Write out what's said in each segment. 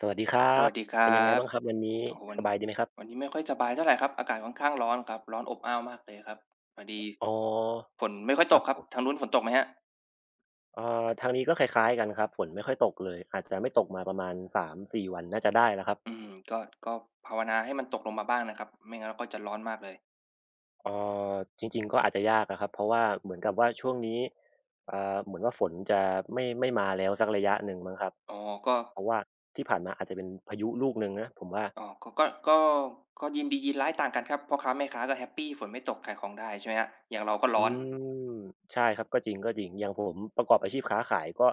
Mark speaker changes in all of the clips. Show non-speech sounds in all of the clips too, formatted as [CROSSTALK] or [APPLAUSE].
Speaker 1: สวัสดีครั
Speaker 2: ส
Speaker 1: บ
Speaker 2: วัสดีคร
Speaker 1: เป็น
Speaker 2: ั
Speaker 1: ยังไง
Speaker 2: บ
Speaker 1: บ้างครับวันนี้
Speaker 2: โอ้โหวั
Speaker 1: ส
Speaker 2: น
Speaker 1: บายดีไหมครั
Speaker 2: วัน
Speaker 1: บ
Speaker 2: นี้ไม่ค่อยสบายเท่าไรครับ อากาศค่อนข้างร้อนครับร้อนอบอ้าวมากเลยครับพอดี
Speaker 1: อ๋อ
Speaker 2: ฝนไม่ค่อย
Speaker 1: ค
Speaker 2: ต
Speaker 1: รั
Speaker 2: ก
Speaker 1: บ
Speaker 2: ครั
Speaker 1: ผ
Speaker 2: บ ทา
Speaker 1: ม
Speaker 2: งนู้นฝนตกไหมครับ
Speaker 1: ทางนี้ก็คล้ายๆกันครับฝนไม่ค่อยตกเลยอาจจะไม่ตกมาประมาณสามสี่วันน่าจะได้แล้วครับ
Speaker 2: อืมก็ภาวนาให้มันตกลงมาบ้างนะครับไม่งั้นเราก็จะร้อนมากเลย
Speaker 1: เอ่อจริงๆก็อาจจะยากอะครับเพราะว่าเหมือนกับว่าช่วงนี้เหมือนว่าฝนจะไม่มาแล้วสักระยะหนึ่งมั้งครับ
Speaker 2: อ๋อก็
Speaker 1: เพราะว่าที่ผ่านมาอาจจะเป็นพายุลูกหนึ่งนะผมว่า
Speaker 2: อ๋อก็ก็ยินดียินร้ายต่างกันครับพ่อค้าแม่ค้าก็แฮปปีฝนไม่ตกขายของได้ใช่ไหมครับอย่างเราก็ร้อ
Speaker 1: อื
Speaker 2: น
Speaker 1: มใช่ครับก็จริงอย่างผมประกอบอาชีพค้าขายก็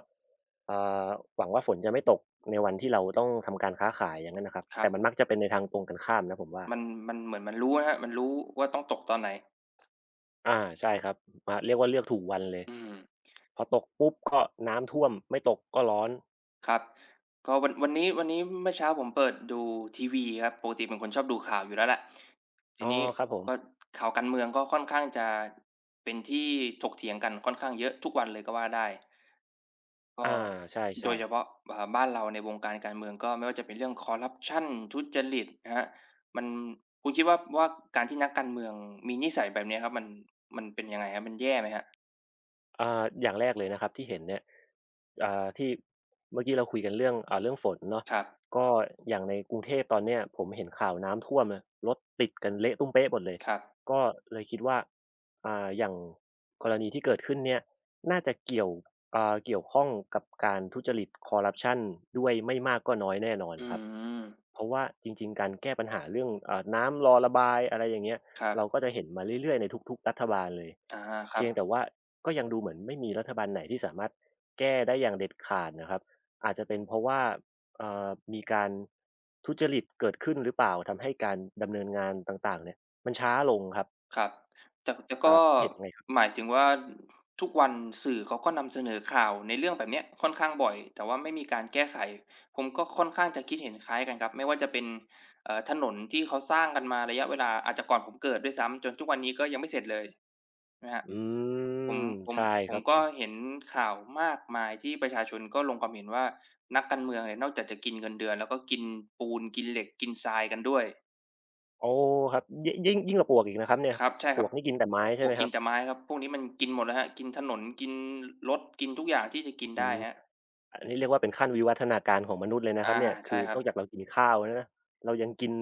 Speaker 1: อ่าหวังว่าฝนจะไม่ตกในวันที่เราต้องทำการค้าขายอย่างนั้นน่ะครับ
Speaker 2: ครั
Speaker 1: แต่มัน
Speaker 2: บ
Speaker 1: มักจะเป็นในทางตรงกันข้ามนะผมว่า
Speaker 2: มันมันเหมือนมันรู้นะครับมันรู้ว่าต้องตกตอนไหน
Speaker 1: อาใช่ครับอาเรียกว่าเลือกถูกวันเลย
Speaker 2: อืม
Speaker 1: พอตกปุ๊บก็น้ำท่วมไม่ตกก็ร้อน
Speaker 2: ครับก็วันนี้เมื่อเช้าผมเปิดดูทีวีครับปกติเป็นคนชอบดูข่าวอยู่แล้วแหละที
Speaker 1: อ๋อ
Speaker 2: นี้
Speaker 1: ครับผม
Speaker 2: ก็ข่าวการเมืองก็ค่อนข้างจะเป็นที่ถกเถียงกันค่อนข้างเยอะทุกวันเลยก็ว่าได้ก็
Speaker 1: อาใช
Speaker 2: โด
Speaker 1: ่
Speaker 2: ยเฉ
Speaker 1: ๆ
Speaker 2: พาะบ้านเราในวงการการเมืองก็ไม่ว่าจะเป็นเรื่องคอร์รัปชันทุจริตนะครับมันคุณคิดว่าการที่นักการเมืองมีนิสัยแบบเนี้ยครับมันเป็นยังไงครับมันแย่ไหมครับ
Speaker 1: อย่างแรกเลยนะครับที่เห็นเนี่ยที่เมื่อกี้เราคุยกันเรื่องเรื่องฝนเนาะ
Speaker 2: ครับ
Speaker 1: ก็อย่างในกรุงเทพตอนเนี้ยผมเห็นข่าวน้ำท่วมนะรถติดกันเละตุ้มเป๊ะหมดเลย
Speaker 2: ครับ
Speaker 1: ก็เลยคิดว่าอย่างกรณีที่เกิดขึ้นเนี่ยน่าจะเกี่ยวข้องกับการทุจริตคอร์รัปชันด้วยไม่มากก็น้อยแน่นอน
Speaker 2: อื
Speaker 1: ครับ
Speaker 2: ม
Speaker 1: เพราะว่าจริงๆการแก้ปัญหาเรื่องน้ำรอระบายอะไรอย่างเงี้ย
Speaker 2: ครับ
Speaker 1: เราก็จะเห็นมาเรื่อยๆในทุกๆรัฐบาลเลย
Speaker 2: อาครั
Speaker 1: เพี
Speaker 2: บ
Speaker 1: ยงแต่ว่า ก็ยังดูเหมือนไม่มีรัฐบาลไหนที่สามารถแก้ได้อย่างเด็ดขาดนะครับอาจจะเป็นเพราะว่าเอ่อมีการทุจริตเกิดขึ้นหรือเปล่าทำให้การดำเนินงานต่างๆเนี่ยมันช้าลงครับ
Speaker 2: ครับแต่
Speaker 1: ค
Speaker 2: ก็
Speaker 1: รับคิดเห็นยังไงครับ
Speaker 2: หมายถึงว่าทุกวันสื่อเขาก็นำเสนอข่าวในเรื่องแบบเนี้ยค่อนข้างบ่อยแต่ว่าไม่มีการแก้ไขผมก็ค่อนข้างจะคิดเห็นคล้ายกันครับไม่ว่าจะเป็นถนนที่เขาสร้างกันมาระยะเวลาอาจจะก่อนผมเกิดด้วยซ้ำจนทุกวันนี้ก็ยังไม่เสร็จเลยนะครับ
Speaker 1: อื
Speaker 2: ผม
Speaker 1: ม
Speaker 2: ผม
Speaker 1: ใช่
Speaker 2: ผ
Speaker 1: ค
Speaker 2: ม
Speaker 1: รับผ
Speaker 2: ก็
Speaker 1: ม
Speaker 2: เห็นข่าวมากมายที่ประชาชนก็ลงความเห็นว่านักการเมืองเนี่ยนอกจากจะกินเงินเดือนแล้วก็กินปูนกินเหล็กกินทรายกันด้วย
Speaker 1: โอ้ครับยิ่งกว่าปลวกอีกนะครับเนี่ย
Speaker 2: ครับใช่
Speaker 1: ป
Speaker 2: ค
Speaker 1: ล
Speaker 2: รับ
Speaker 1: วกนี่กินแต่ไม้
Speaker 2: ปล
Speaker 1: ใช่
Speaker 2: ว
Speaker 1: ไห
Speaker 2: ก
Speaker 1: มค
Speaker 2: กิน
Speaker 1: รับ
Speaker 2: แต่ไม้ครับพวกนี้มันกินหมดแล้วครับกินถนนกินรถกินทุกอย่างที่จะกิน
Speaker 1: อื
Speaker 2: ได้
Speaker 1: มอ
Speaker 2: ครับ
Speaker 1: ันนี้เรียกว่าเป็นขั้นวิวัฒนาการของมนุษย์เลยนะครั
Speaker 2: อา
Speaker 1: บเนี่ยคื
Speaker 2: ใช่
Speaker 1: อ
Speaker 2: ครั
Speaker 1: น
Speaker 2: บ
Speaker 1: อกจากเรากินข้าวแล้วนะเรายังกิน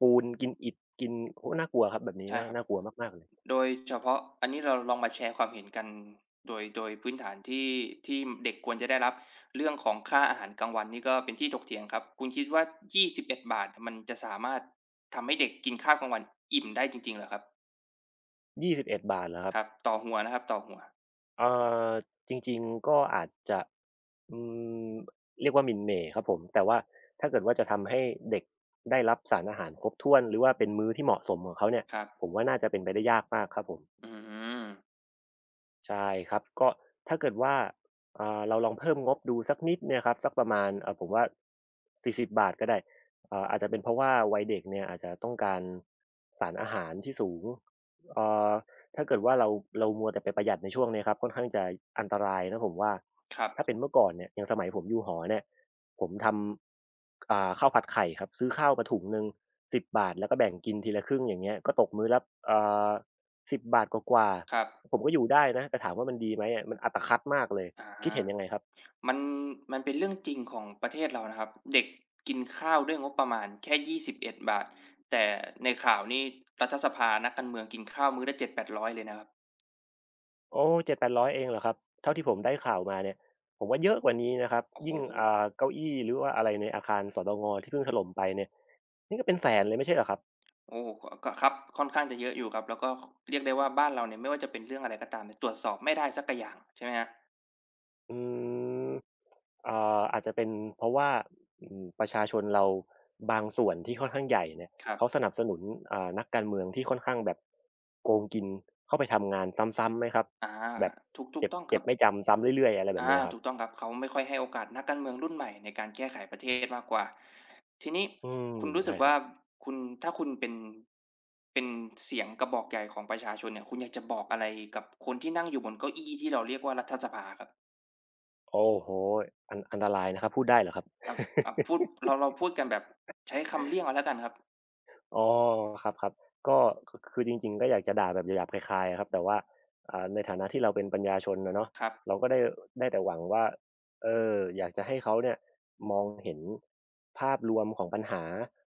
Speaker 1: ปูนกินอิฐกินโอ้น่ากลัวครับแบบนี้
Speaker 2: ใช่
Speaker 1: น่า
Speaker 2: ครับ
Speaker 1: น่ากลัวมากๆเลย
Speaker 2: โดยเฉพาะอันนี้เราลองมาแชร์ความเห็นกันโดยพื้นฐานที่เด็กควรจะได้รับเรื่องของค่าอาหารกลางวันนี่ก็เป็นที่ถกเถียงครับคุณคิดว่ายี่ส21เอ็ดบาทมันจะสามารถทำให้เด็กกินข้าวกลางวันอิ่มได้จริงๆเหรอครับ
Speaker 1: 21บเอ็ดบาทเหรอค
Speaker 2: ค
Speaker 1: รับ
Speaker 2: รับต่อหัวนะครับต่อหัว
Speaker 1: เอ่อจริงๆ ก็อาจจะอืมเรียกว่าหมิ่นเหม่ครับผมแต่ว่าถ้าเกิดว่าจะทำให้เด็กได้รับสารอาหารครบถ้วนหรือว่าเป็นมื้อที่เหมาะสมของเขาเนี่ย
Speaker 2: ครับ
Speaker 1: ผมว่าน่าจะเป็นไปได้ยากมากครับผม
Speaker 2: อืม
Speaker 1: ใช่ครับก็ถ้าเกิดว่าเราลองเพิ่มงบดูสักนิดเนี่ยครับสักประมาณผมว่า40บบาทก็ได้อาจจะเป็นเพราะว่าวัยเด็กเนี่ยอาจจะต้องการสารอาหารที่สูงเอ่อถ้าเกิดว่าเรามัวแต่ไปประหยัดในช่วงเนี้ยครับค่อนข้างจะอันตรายนะผมว่า
Speaker 2: ครับ
Speaker 1: ถ้าเป็นเมื่อก่อนเนี่ยอย่างสมัยผมอยู่หอเนี่ยผมทำข้าวผัดไข่ครับซื้อข้าวมาถุงหนึ่งสิบบาทแล้วก็แบ่งกินทีละครึ่งอย่างเงี้ยก็ตกมื้อละเอ่อ10บบาทกว่า
Speaker 2: ครับ
Speaker 1: ๆ ผมก็อยู่ได้นะแต่ถามว่ามันดีไหมอะมันอัตคัดมากเลย
Speaker 2: อ
Speaker 1: คิด
Speaker 2: า
Speaker 1: เห็นยังไงครับ
Speaker 2: มันมันเป็นเรื่องจริงของประเทศเรานะครับเด็กกินข้าวด้วยงบประมาณแค่21บเอ็ดบาทแต่ในข่าวนี่รัฐสภานักการเมืองกินข้าวมื้อละเจ็ดแปดร้อยเลยนะครับ
Speaker 1: โอ้เจ็ดแปดร้อยเองเหรอครับเท่าที่ผมได้ข่าวมาเนี่ยผมว่าเยอะกว่านี้นะครับ
Speaker 2: โอ้โฮ
Speaker 1: ยิ่งเก้าอี้หรือว่าอะไรในอาคารสตงที่เพิ่งถล่มไปเนี่ยนี่ก็เป็นแสนเลยไม่ใช่เหรอครับ
Speaker 2: โอ้ก็ครับค่อนข้างจะเยอะอยู่ครับแล้วก็เรียกได้ว่าบ้านเราเนี่ยไม่ว่าจะเป็นเรื่องอะไรก็ตามเนี่ยตรวจสอบไม่ได้สักกะอย่างใช่ไหมครับ
Speaker 1: อืมอาจจะเป็นเพราะว่าอืมประชาชนเราบางส่วนที่ค่อนข้างใหญ่เนี่ย
Speaker 2: ครับ
Speaker 1: เขาสนับสนุนนักการเมืองที่ค่อนข้างแบบโกงกินเข้าไปทำงานซ้ำๆไหมครับ
Speaker 2: อา
Speaker 1: แบบ
Speaker 2: ถูก
Speaker 1: เจ็บ
Speaker 2: ต้องค
Speaker 1: เจ็
Speaker 2: รับ
Speaker 1: บไม่จำซ้ำเรื่อยๆอะไรแบบ
Speaker 2: อา
Speaker 1: เนี้ยครับ
Speaker 2: ถูกต้องครับเขาไม่ค่อยให้โอกาสนักการเมืองรุ่นใหม่ในการแก้ไขประเทศมากกว่าทีนี้
Speaker 1: อืม
Speaker 2: คุณรู้สึ
Speaker 1: ใช่
Speaker 2: ก
Speaker 1: ครั
Speaker 2: ว่า
Speaker 1: บ
Speaker 2: คุณถ้าคุณเป็นเสียงกระบอกใหญ่ของประชาชนเนี่ยคุณอยากจะบอกอะไรกับคนที่นั่งอยู่บนเก้าอี้ที่เราเรียกว่ารัฐสภาครับ
Speaker 1: โอ้โฮอันตรายนะครับพูดได้เหรอครับ
Speaker 2: ครับอ่าพูด
Speaker 1: [LAUGHS]
Speaker 2: เราพูดกันแบบใช้คำเลี่ยงเอาแล้วกันครับ
Speaker 1: อ๋อครับๆก็คือจริงๆก็อยากจะด่าแบบหยาบๆคายๆอะครับแต่ว่าในฐานะที่เราเป็นปัญญาชนอะเนาะ
Speaker 2: ครับ
Speaker 1: เราก็ได้แต่หวังว่าเอออยากจะให้เขาเนี่ยมองเห็นภาพรวมของปัญหา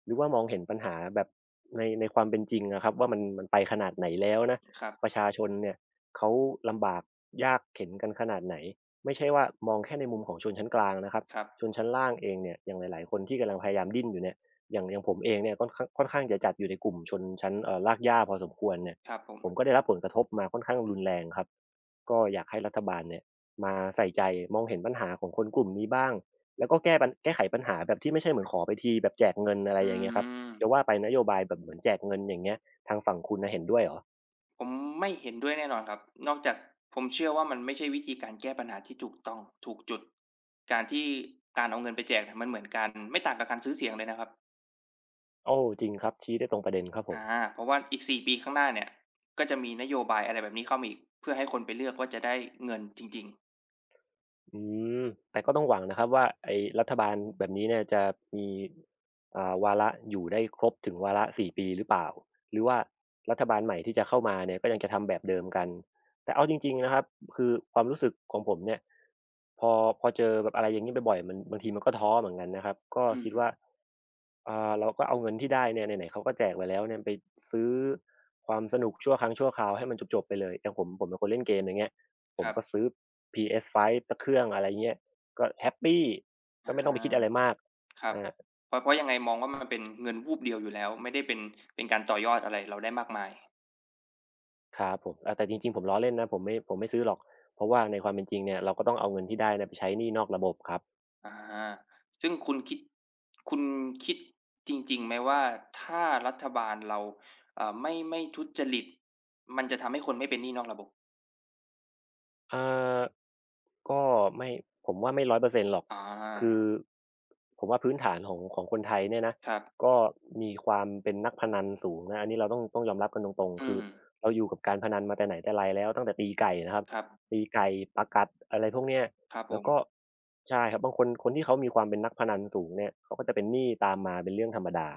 Speaker 1: หรือว่ามองเห็นปัญหาแบบในความเป็นจริงอะครับว่ามันไปขนาดไหนแล้วนะ
Speaker 2: ครับ
Speaker 1: ประชาชนเนี่ยเขาลำบากยากเข็ญกันขนาดไหนไม่ใช่ว่ามองแค่ในมุมของชนชั้นกลางนะครับ
Speaker 2: ครับ
Speaker 1: ชนชั้นล่างเองเนี่ยอย่างหลายๆคนที่กำลังพยายามดิ้นอยู่เนี่ย อย่างผมเองเนี่ยค่อนข้างจะจัดอยู่ในกลุ่มชนชั้นรากหญ้าพอสมควรเนี่ย
Speaker 2: ครับผม
Speaker 1: ผมก็ได้รับผลกระทบมาค่อนข้างรุนแรงครับก็อยากให้รัฐบาลเนี่ยมาใส่ใจมองเห็นปัญหาของคนกลุ่มนี้บ้างแล้วก็แก้ไขปัญหาแบบที่ไม่ใช่เหมือนขอไปทีแบบแจกเงินอะไร
Speaker 2: อื
Speaker 1: อย่างเงี้ยครับ
Speaker 2: ม
Speaker 1: จะว่าไปนโยบายแบบเหมือนแจกเงินอย่างเงี้ยทางฝั่งคุณน่ะเห็นด้วยเหรอ
Speaker 2: ผมไม่เห็นด้วยแน่นอนครับ นอกจากผมเชื่อว่ามันไม่ใช่วิธีการแก้ปัญหาที่ถูกต้องถูกจุดการที่การเอาเงินไปแจกเนี่ยมันเหมือนการไม่ต่างกับการซื้อเสียงเลยนะครับ
Speaker 1: โอ้จริงครับชี้ได้ตรงประเด็นครับผม
Speaker 2: อาเพราะว่าอีก4ปีข้างหน้าเนี่ยก็จะมีนโยบายอะไรแบบนี้เข้ามาอีกเพื่อให้คนไปเลือกว่าจะได้เงินจริง
Speaker 1: อืมแต่ก็ต้องหวังนะครับว่าไอ้รัฐบาลแบบนี้เนี่ยจะมีวาระอยู่ได้ครบถึงวาระ4ปีหรือเปล่าหรือว่ารัฐบาลใหม่ที่จะเข้ามาเนี่ยก็ยังจะทำแบบเดิมกันแต่เอาจริงๆนะครับคือความรู้สึกของผมเนี่ยพอพอเจอแบบอะไรอย่างงี้บ่อยๆมันบางทีมันก็ท้อเหมือนกันนะครับก็
Speaker 2: ๆอืม
Speaker 1: คิดว่าเราก็เอาเงินที่ได้เนี่ยไหนๆเขาก็แจกไปแล้วเนี่ยไปซื้อความสนุกชั่วครั้งชั่วคราวให้มันจบๆไปเลยอย่างผมผมเป็นคนเล่นเกมอย่างเงี้ย ผ
Speaker 2: ค
Speaker 1: ม
Speaker 2: รับ
Speaker 1: ก็ซื้อ PS5 สักเครื่องอะไรเงี้ยก็แฮปปี
Speaker 2: อ
Speaker 1: ก็ไม่ต้องไปคิดอะไร
Speaker 2: า
Speaker 1: มาก
Speaker 2: ครับ
Speaker 1: อา
Speaker 2: เพราะยังไงมองว่ามันเป็นเงินวูบเดียวอยู่แล้วไม่ได้เป็นเป็นการต่อยอดอะไรเราได้มากมาย
Speaker 1: ครับผมอาแต่จริงๆผมล้อเล่นนะผมไม่ซื้อหรอก เพราะว่าในความเป็นจริงเนี่ยเราก็ต้องเอาเงินที่ได้เนี่ยไปใช้หนี้นอกระบบครับ
Speaker 2: อาซึ่งคุณคิดคุณคิดจริงๆไหมว่าถ้ารัฐบาลเราเอ่าไม่ทุจริต มันจะทำให้คนไม่เป็นหนี้นอกระบบ
Speaker 1: อ่าก็ไม่ผมว่าไม่100%หรอกคือ
Speaker 2: อา
Speaker 1: ผมว่าพื้นฐานของคนไทยเนี่ยนะ
Speaker 2: ครับ
Speaker 1: ก็มีความเป็นนักพนันสูงนะอันนี้เราต้องยอมรับกันตรงๆ
Speaker 2: อื
Speaker 1: คือ
Speaker 2: ม
Speaker 1: เราอยู่กับการพนันมาแต่ไหนแต่ไรแล้วตั้งแต่ตีไก่นะครับ
Speaker 2: ครับ
Speaker 1: ตีไก่ปากัดอะไรพวกเนี้ย
Speaker 2: ครับผ
Speaker 1: แล้ว
Speaker 2: ม
Speaker 1: ก็ใช่ครับบางคนคนที่เขามีความเป็นนักพนันสูงเนี่ยเขาก็จะเป็นหนี้ตามมาเป็นเรื่องธรรมดา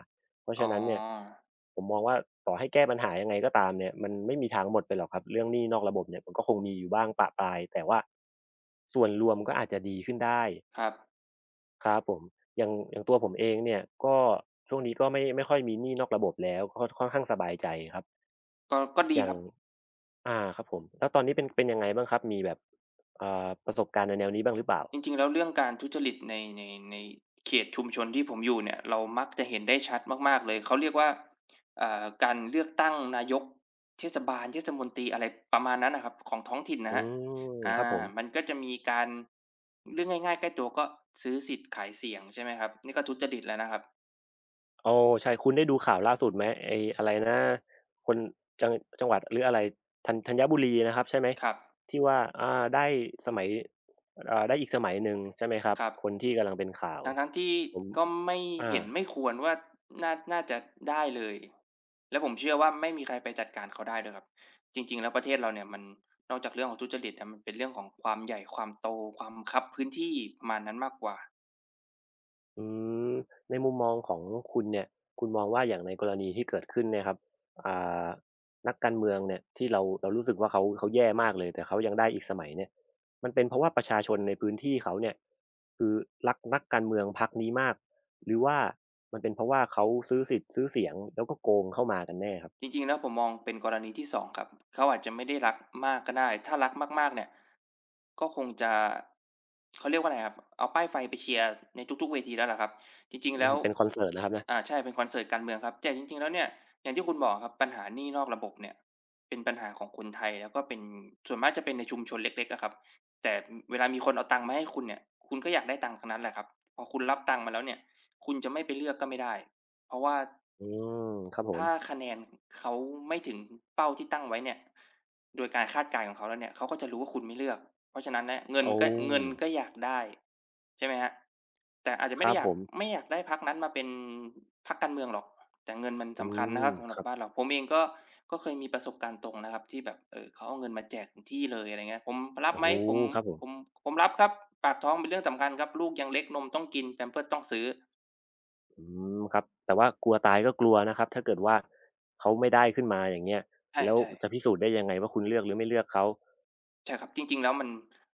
Speaker 1: เพราะ
Speaker 2: อ๋
Speaker 1: ฉะนั้นเนี่ย
Speaker 2: อ
Speaker 1: ผมมองว่าต่อให้แก้ปัญหายังไงก็ตามเนี่ยมันไม่มีทางหมดไปหรอกครับเรื่องหนี้นอกระบบเนี่ยมันก็คงมีอยู่บ้างปะปรายแต่ว่าส่วนรวมก็อาจจะดีขึ้นได้
Speaker 2: ครับ
Speaker 1: ครับผมอย่างตัวผมเองเนี่ยก็ช่วงนี้ก็ไม่ค่อยมีหนี้นอกระบบแล้วก็ค่อนข้างสบายใจครับ
Speaker 2: ก็ดี
Speaker 1: อย่า
Speaker 2: ค
Speaker 1: ง
Speaker 2: รับ
Speaker 1: อ่าครับผมแล้วตอนนี้เป็นยังไงบ้างครับมีแบบอ่าประสบการณ์ในแนวนี้บ้างหรือเปล่า
Speaker 2: จริงๆแล้วเรื่องการทุจริตในเขตชุมชนที่ผมอยู่เนี่ยเรามักจะเห็นได้ชัดมากๆเลยเขาเรียกว่าการเลือกตั้งนายกเทศบาลเทศมนตรีอะไรประมาณนั้นน่ะครับของท้องถิ่น
Speaker 1: อื
Speaker 2: นะครับ
Speaker 1: ม
Speaker 2: อา
Speaker 1: ครับผ
Speaker 2: มัน
Speaker 1: ม
Speaker 2: ก็จะมีการเรื่องง่ายๆใกล้ตัวก็ซื้อสิทธิ์ขายเสียงใช่ไหมครับนี่ก็ทุจริตแล้วนะครับ
Speaker 1: โอ้ใช่คุณได้ดูข่าวล่าสุดไหมไอ้อะไรนะคนจังจังหวัดหรืออะไรธัญบุรีนะครับใช่ไหม
Speaker 2: ครับ
Speaker 1: ที่ว่าอาได้สมัยอ่าได้อีกสมัยหนึ่งใช่ไหมครับ
Speaker 2: ครับ
Speaker 1: คนที่กำลังเป็นข่าว
Speaker 2: ทั้งๆที่
Speaker 1: ผม
Speaker 2: ก็ไม่
Speaker 1: อา
Speaker 2: เห็นไม่ควรว่าน่าจะได้เลยแล้วผมเชื่อว่าไม่มีใครไปจัดการเขาได้ด้วยครับจริงๆแล้วประเทศเราเนี่ยนอกจากเรื่องของทุจริตอะมันเป็นเรื่องของความใหญ่ความโตความคับพื้นที่ประมาณนั้นมากกว่า
Speaker 1: อืมในมุมมองของคุณเนี่ยคุณมองว่าอย่างในกรณีที่เกิดขึ้นเนี่ยครับอ่านักการเมืองเนี่ยที่เรารู้สึกว่าเขาแย่มากเลยแต่เขายังได้อีกสมัยเนี่ยมันเป็นเพราะว่าประชาชนในพื้นที่เขาเนี่ยคือรักนักการเมืองพรรคนี้มากหรือว่ามันเป็นเพราะว่าเขาซื้อสิทธิ์ซื้อเสียงแล้วก็โกงเข้ามากันแน่ครับ
Speaker 2: จริงๆแล้วผมมองเป็นกรณีที่สองครับเขาอาจจะไม่ได้รักมากก็ได้ถ้ารักมากๆเนี่ยก็คงจะเขาเรียกว่าอะไรครับเอาป้ายไฟไปเชียร์ในทุกๆเวทีแล้วล่ะครับจริงๆ
Speaker 1: อื
Speaker 2: แล้
Speaker 1: ม
Speaker 2: ว
Speaker 1: เป็นคอนเสิร์ตนะครับนะ
Speaker 2: ใช่เป็นคอนเสิร์ตการเมืองครับแต่จริงๆแล้วเนี่ยอย่างที่คุณบอกอะครับปัญหาหนี้นอกระบบเนี่ยเป็นปัญหาของคนไทยแล้วก็เป็นส่วนมากจะเป็นในชุมชนเล็กๆอะครับแต่เวลามีคนเอาตังค์มาให้คุณเนี่ยคุณก็อยากได้ตังค์ทั้งนั้นแหละครับพอคุณรับตังค์มาแล้วเนี่ยคุณจะไม่ไปเลือกก็ไม่ได้เพราะว่า
Speaker 1: อืมครับผม
Speaker 2: ถ้าคะแนนเขาไม่ถึงเป้าที่ตั้งไว้เนี่ยโดยการคาดการณ์ของเขาแล้วเนี่ยเขาก็จะรู้ว่าคุณไม่เลือกเพราะฉะนั้นเนี่ยเงิน
Speaker 1: โอ้
Speaker 2: ก็เงินก็อยากได้ใช่ไหมครับแต่อาจจะ
Speaker 1: ค
Speaker 2: ไม่
Speaker 1: รั
Speaker 2: ได้
Speaker 1: บ
Speaker 2: อ
Speaker 1: ผ
Speaker 2: ยาก
Speaker 1: ม
Speaker 2: ไม่อยากได้พรรคนั้นมาเป็นพรรคการเมืองหรอกแต่เงินมัน
Speaker 1: อื
Speaker 2: สำคัญนะ
Speaker 1: ม
Speaker 2: ครับสำห
Speaker 1: ค
Speaker 2: รับ
Speaker 1: รับ
Speaker 2: บ้านเราผมเองก็ก็เคยมีประสบการณ์ตรงนะครับที่แบบเขาเอาเงินมาแจกถึงที่เลยอะไรเงี้ยผมรับ
Speaker 1: โอ้
Speaker 2: ไหม
Speaker 1: โฮครับผม
Speaker 2: ผมผมรับครับปากท้องเป็นเรื่องสำคัญครับลูกยังเล็กนมต้องกินแพมเพิร์สต้องซื้อ
Speaker 1: อืมครับแต่ว่ากลัวตายก็กลัวนะครับถ้าเกิดว่าเขาไม่ได้ขึ้นมาอย่างเงี้ย
Speaker 2: ใ
Speaker 1: แล้ว
Speaker 2: ช่
Speaker 1: จะ
Speaker 2: ๆ
Speaker 1: พิสูจน์ได้ยังไงว่าคุณเลือกหรือไม่เลือกเขา
Speaker 2: ใช่ครับจริงๆแล้วมัน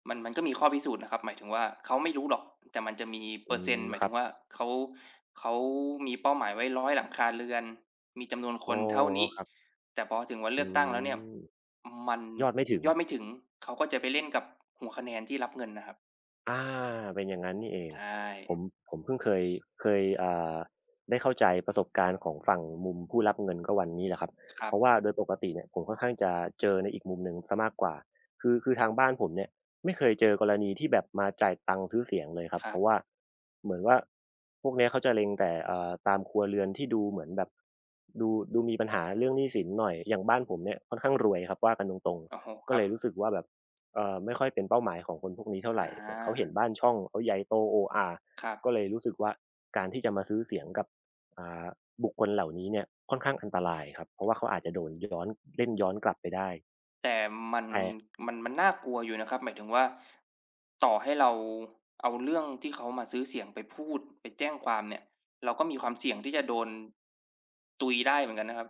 Speaker 2: มันมันก็มีข้อพิสูจน์นะครับหมายถึงว่าเขาไม่รู้หรอกแต่มันจะมีเป
Speaker 1: อื
Speaker 2: อร์เซ็น
Speaker 1: ม
Speaker 2: ต์หมาย
Speaker 1: ค
Speaker 2: ถึ
Speaker 1: รั
Speaker 2: ง
Speaker 1: บ
Speaker 2: ว่าเขาเขามีเป้าหมายไว้100หลังคาเรือนมีจำนวนค
Speaker 1: อ๋อ
Speaker 2: นเท่านี้
Speaker 1: ครับ
Speaker 2: แต่พอถึงวัน
Speaker 1: อื
Speaker 2: เลือกตั้งแล้วเนี่ย
Speaker 1: ม
Speaker 2: มัน
Speaker 1: ยอดไม่ถึง
Speaker 2: ยอดไม่ถึงเขาก็จะไปเล่นกับหัวคะแนนที่รับเงินนะครับ
Speaker 1: อาเป็นอย่างนั้นนี่เอง
Speaker 2: ใช
Speaker 1: ผม
Speaker 2: ่
Speaker 1: ผมเพิ่งเคยเคยอ่าได้เข้าใจประสบการณ์ของฝั่งมุมผู้รับเงินก็วันนี้แหละครับ
Speaker 2: ครั
Speaker 1: เพราะว่า
Speaker 2: บ
Speaker 1: โดยปกติเนี่ยผมค่อนข้างจะเจอในอีกมุมหนึ่งเสียมากกว่าคือทางบ้านผมเนี่ยไม่เคยเจอกรณีที่แบบมาจ่ายตังค์ซื้อเสียงเลยครับเพราะว่าเหมือนว่าพวกเนี้ยเขาจะเล็งแต่อ่าตามครัวเรือนที่ดูเหมือนแบบดูดูมีปัญหาเรื่องหนี้สินหน่อยอย่างบ้านผมเนี่ยค่อนข้างรวยครับว่ากันตรง
Speaker 2: ๆโอ้โฮ
Speaker 1: ๆ
Speaker 2: ค
Speaker 1: ก็
Speaker 2: รั
Speaker 1: เล
Speaker 2: บ
Speaker 1: ยรู้สึกว่าแบบ ไม่ค่อยเป็นเป้าหมายของคนพวกนี้เท่า
Speaker 2: อ
Speaker 1: ไรเหมือนเขาเห็
Speaker 2: า
Speaker 1: นบ้านช่องเขาใหญ่โตโอ้อา
Speaker 2: ครับ
Speaker 1: ก็เลยรู้สึกว่าการที่จะมาซื้อเสียงกับอ่าบุคคลเหล่านี้เนี่ยค่อนข้างอันตรายครับเพราะว่าเขาอาจจะโดนย้อนเล่นย้อนกลับไปได้
Speaker 2: แต่มัน
Speaker 1: แต่
Speaker 2: มันน่ากลัวอยู่นะครับหมายถึงว่าต่อให้เราเอาเรื่องที่เขามาซื้อเสียงไปพูดไปแจ้งความเนี่ยเราก็มีความเสี่ยงที่จะโดนตุยได้เหมือนกันนะครับ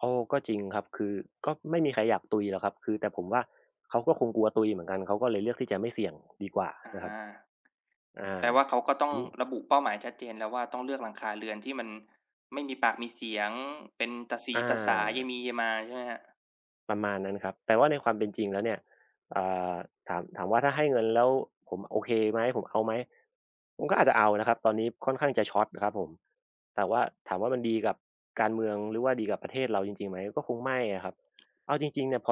Speaker 1: โอ้ก็จริงครับคือก็ไม่มีใครอยากตุยหรอกครับคือแต่ผมว่าเขาก็คงกลัวตุยเหมือนกันเขาก็เลยเลือกที่จะไม่เสี่ยงดีกว่า
Speaker 2: อ
Speaker 1: นะครับ
Speaker 2: า
Speaker 1: อา
Speaker 2: แปลว่าเขาก็ต้อ
Speaker 1: อั
Speaker 2: ง
Speaker 1: นนี้
Speaker 2: ระบุเป้าหมายชัดเจนแล้วว่าต้องเลือกหลังคาเรือนที่มันไม่มีปากมีเสียงเป็นตาสี
Speaker 1: อ
Speaker 2: ตาสายาย
Speaker 1: า
Speaker 2: มียายมาใช่ไหมครับ
Speaker 1: ประมาณนั้นครับแต่ว่าในความเป็นจริงแล้วเนี่ยอ่าถามว่าถ้าให้เงินแล้วผมโอเคไหมผมเอาไหมผมก็อาจจะเอานะครับตอนนี้ค่อนข้างจะช็อตครับผมแต่ว่าถามว่ามันดีกับการเมืองหรือว่าดีกับประเทศเราจริงๆไหมก็คงไม่อะครับเอาจริงๆ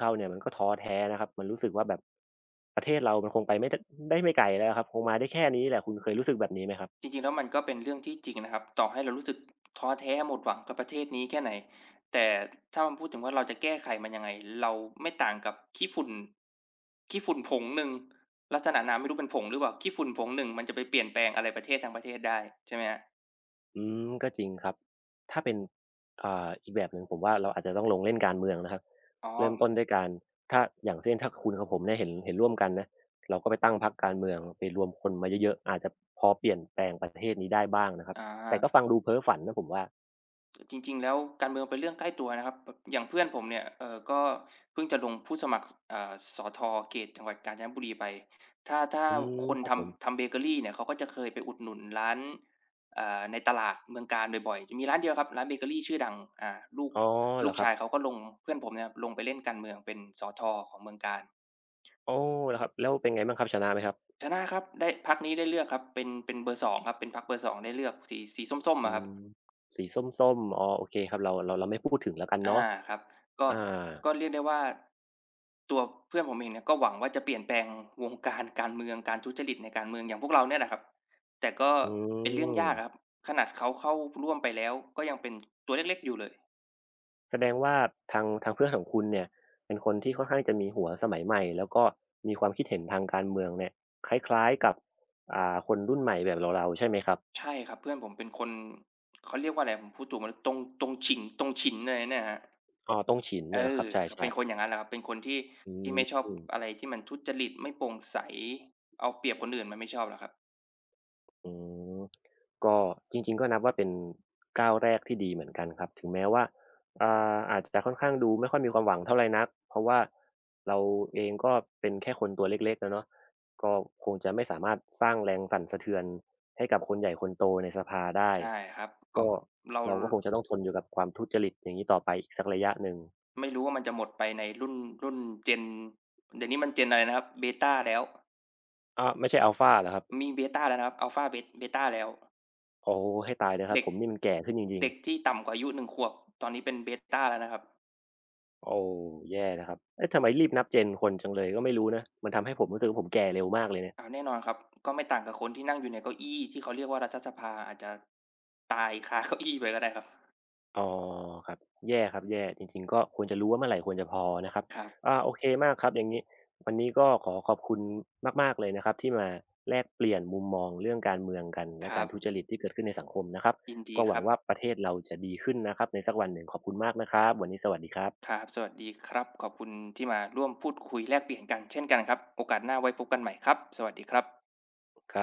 Speaker 1: เราเนี่ยมันก็ท้อแท้นะครับมันรู้สึกว่าแบบประเทศเรามันคงไปได้ไม่ไกลแล้วครับคงมาได้แค่นี้แหละคุณเคยรู้สึกแบบนี้ไหมครับ
Speaker 2: จริงๆแล้วมันก็เป็นเรื่องที่จริงนะครับต่อให้เรารู้สึกท้อแท้หมดหวังกับประเทศนี้แค่ไหน แต่ถ้ามันพูดถึงว่าเราจะแก้ไขมันยังไง เราไม่ต่างกับขี้ฝุ่นขี้ฝุ่นผงหนึ่งลักษณะน้ำไม่รู้เป็นผงหรือเปล่าขี้ฝุ่นผงหนึ่งมันจะไปเปลี่ยนแปลงอะไรประเทศทั้งประเทศได้ใช่ไหมครับ
Speaker 1: อืมก็จริงครับถ้าเป็นอีกแบบหนึ่งผมว่าเราอาจจะต้องลงเล่นการเมืองนะครับ
Speaker 2: อ๋อ
Speaker 1: เริ่มต้นด้วยการถ้าอย่างเช่นถ้าคุณกับผมเนี่ยเห็นร่วมกันนะเราก็ไปตั้งพรรคการเมืองไปรวมคนมาเยอะๆอาจจะพอเปลี่ยนแปลงประเทศนี้ได้บ้างนะครับ
Speaker 2: อา
Speaker 1: แต่ก็ฟังดูเพ้อฝันนะผมว่า
Speaker 2: จริงๆแล้วการเมืองเป็นเรื่องใกล้ตัวนะครับแบบอย่างเพื่อนผมเนี่ยก็เพิ่งจะลงผู้สมัครสสธเขตจังหวัดกาญจนบุรีไปถ้าถ้า
Speaker 1: อืม
Speaker 2: คน
Speaker 1: ครับผม
Speaker 2: ทำเบเกอรีเนี่ยเขาก็จะเคยไปอุดหนุนร้านในตลาดเมืองกาญบ่อยๆจะมีร้านเดียวครับร้านเบเกอรีชื่อดังอ่าลูก
Speaker 1: อ๋อเห
Speaker 2: ลู
Speaker 1: รอ
Speaker 2: ก
Speaker 1: ครั
Speaker 2: ชา
Speaker 1: บ
Speaker 2: ยเขาก็ลงเพื่อนผมเนี่ยลงไปเล่นการเมืองเป็นสธของเมืองกาญ
Speaker 1: โอ้เหรอครับแล้วเป็นไงบ้างครับชนะไหมครับ
Speaker 2: ชนะครับได้พรรคนี้ได้เลือกครับเป็นเบอร์สองครับเป็นพรรคเบอร์สองได้เลือกสีส้มๆ
Speaker 1: อื
Speaker 2: อะครับ
Speaker 1: มสีส้มๆอ๋อโอเคครับเราไม่พูดถึงแล้วกัน
Speaker 2: อา
Speaker 1: เนาะ
Speaker 2: ครับก็
Speaker 1: อา
Speaker 2: ก็เรียกได้ว่าตัวเพื่อนผมเองเนี่ยก็หวังว่าจะเปลี่ยนแปลงวง [LAUGHS] การเมืองการทุจริตในการเมืองอย่างพวกเราเนี่ยแหละครับแต่ก็
Speaker 1: อื
Speaker 2: เป็นเรื่อง
Speaker 1: ม
Speaker 2: ยากอะครับขนาดเขาเข้าร่วมไปแล้วก็ยังเป็นตัวเล็กๆอยู่เลย
Speaker 1: แสดงว่าทางเพื่อนของคุณเนี่ยเป็นคนที่ค่อนข้างจะมีหัวสมัยใหม่แล้วก็มีความคิดเห็นทางการเมืองเนี่ยคล้ายๆกับคนรุ่นใหม่แบบเราๆใช่ไหมครับ
Speaker 2: ใช่ครับเพื่อนผมเป็นคนเขาเรียกว่าอะไรผมพูดถูกไหมตรงฉิ่งตรงฉินอะไรเนี่ยครับ
Speaker 1: อ๋อต้งฉิน
Speaker 2: เอ
Speaker 1: อาค
Speaker 2: อ
Speaker 1: รับใช
Speaker 2: ก็เป็
Speaker 1: ่
Speaker 2: น
Speaker 1: ๆ
Speaker 2: คนอย่างนั้นแหละครับเป็นคนที่
Speaker 1: อื
Speaker 2: ที่ไม่ชอบ
Speaker 1: ม
Speaker 2: อะไรที่มันทุจริตไม่โปร่งใสเอาเปรียบคนอื่นมันไม่ชอบหรอกครับ
Speaker 1: อืมก็จริงๆก็นับว่าเป็นก้าวแรกที่ดีเหมือนกันครับถึงแม้ว่าอาจจะค่อนข้างดูไม่ค่อยมีความหวังเท่าไรนักเพราะว่าเราเองก็เป็นแค่คนตัวเล็กๆอะเนาะก็คงจะไม่สามารถสร้างแรงสั่นสะเทือนให้กับคนใหญ่คนโตในสภาได้
Speaker 2: ใช่ครับก็
Speaker 1: ก็
Speaker 2: เรา
Speaker 1: เราก็คงจะต้องทนอยู่กับความทุจริตอย่างงี้ต่อไปอีกสักระยะหนึ่ง
Speaker 2: ไม่รู้ว่ามันจะหมดไปในรุ่น Gen เดี๋ยวนี้มัน Gen อะไรนะครับ Beta แล้ว
Speaker 1: อาวไม่ใช่อัลฟาเหรอครับ
Speaker 2: มี Beta แล้วนะครับ Alpha Bet Beta แล้ว
Speaker 1: โอ้โฮให้ตายเถอะครับ
Speaker 2: เด็ก
Speaker 1: ผมนี่มันแก่ขึ้นจริง
Speaker 2: เด็ก
Speaker 1: ๆ
Speaker 2: ที่ต่ำกว่าอายุหนึ่งขวบตอนนี้เป็น Beta แล้วนะครับ
Speaker 1: โอ้แย่นะครับเอ๊ะทำไมรีบนับ Gen คนจังเลยก็ไม่รู้นะมันทำให้ผมรู้สึกว่าผมแก่เร็วมากเลยเนี่ย
Speaker 2: อาแน่นอนครับก็ไม่ต่างกับคนที่นั่งอยู่ในเก้าอี้ที่เขาเรียกว่ารัฐสภาอาจจะตายคาเก้าอี้ไปก็ได้ครับ
Speaker 1: อ๋อครับแย่ครับแย่จริงๆก็ควรจะรู้ว่าเมื่อไหร่ควรจะพอนะครับ
Speaker 2: ครับ
Speaker 1: อาโอเคมากครับอย่างงี้วันนี้ก็ขอขอบคุณมากๆเลยนะครับที่มาแลกเปลี่ยนมุมมองเรื่องการเมืองกัน
Speaker 2: ค
Speaker 1: และ
Speaker 2: รั
Speaker 1: การ
Speaker 2: บ
Speaker 1: ทุจริตที่เกิดขึ้นในสังคมนะครับ
Speaker 2: ยินดี
Speaker 1: ก็ห
Speaker 2: ค
Speaker 1: วั
Speaker 2: รั
Speaker 1: ง
Speaker 2: บ
Speaker 1: ว่าประเทศเราจะดีขึ้นนะครับในสักวันหนึ่งขอบคุณมากนะครับวันนี้สวัสดีครั
Speaker 2: ค
Speaker 1: บ
Speaker 2: รับสวัสดีครับขอบคุณที่มาร่วมพูดคุยแลกเปลี่ยนกันเช่นกันครับโอกาสหน้าไว้พบกันใหม่ครับสวัสดีครับ
Speaker 1: ครับ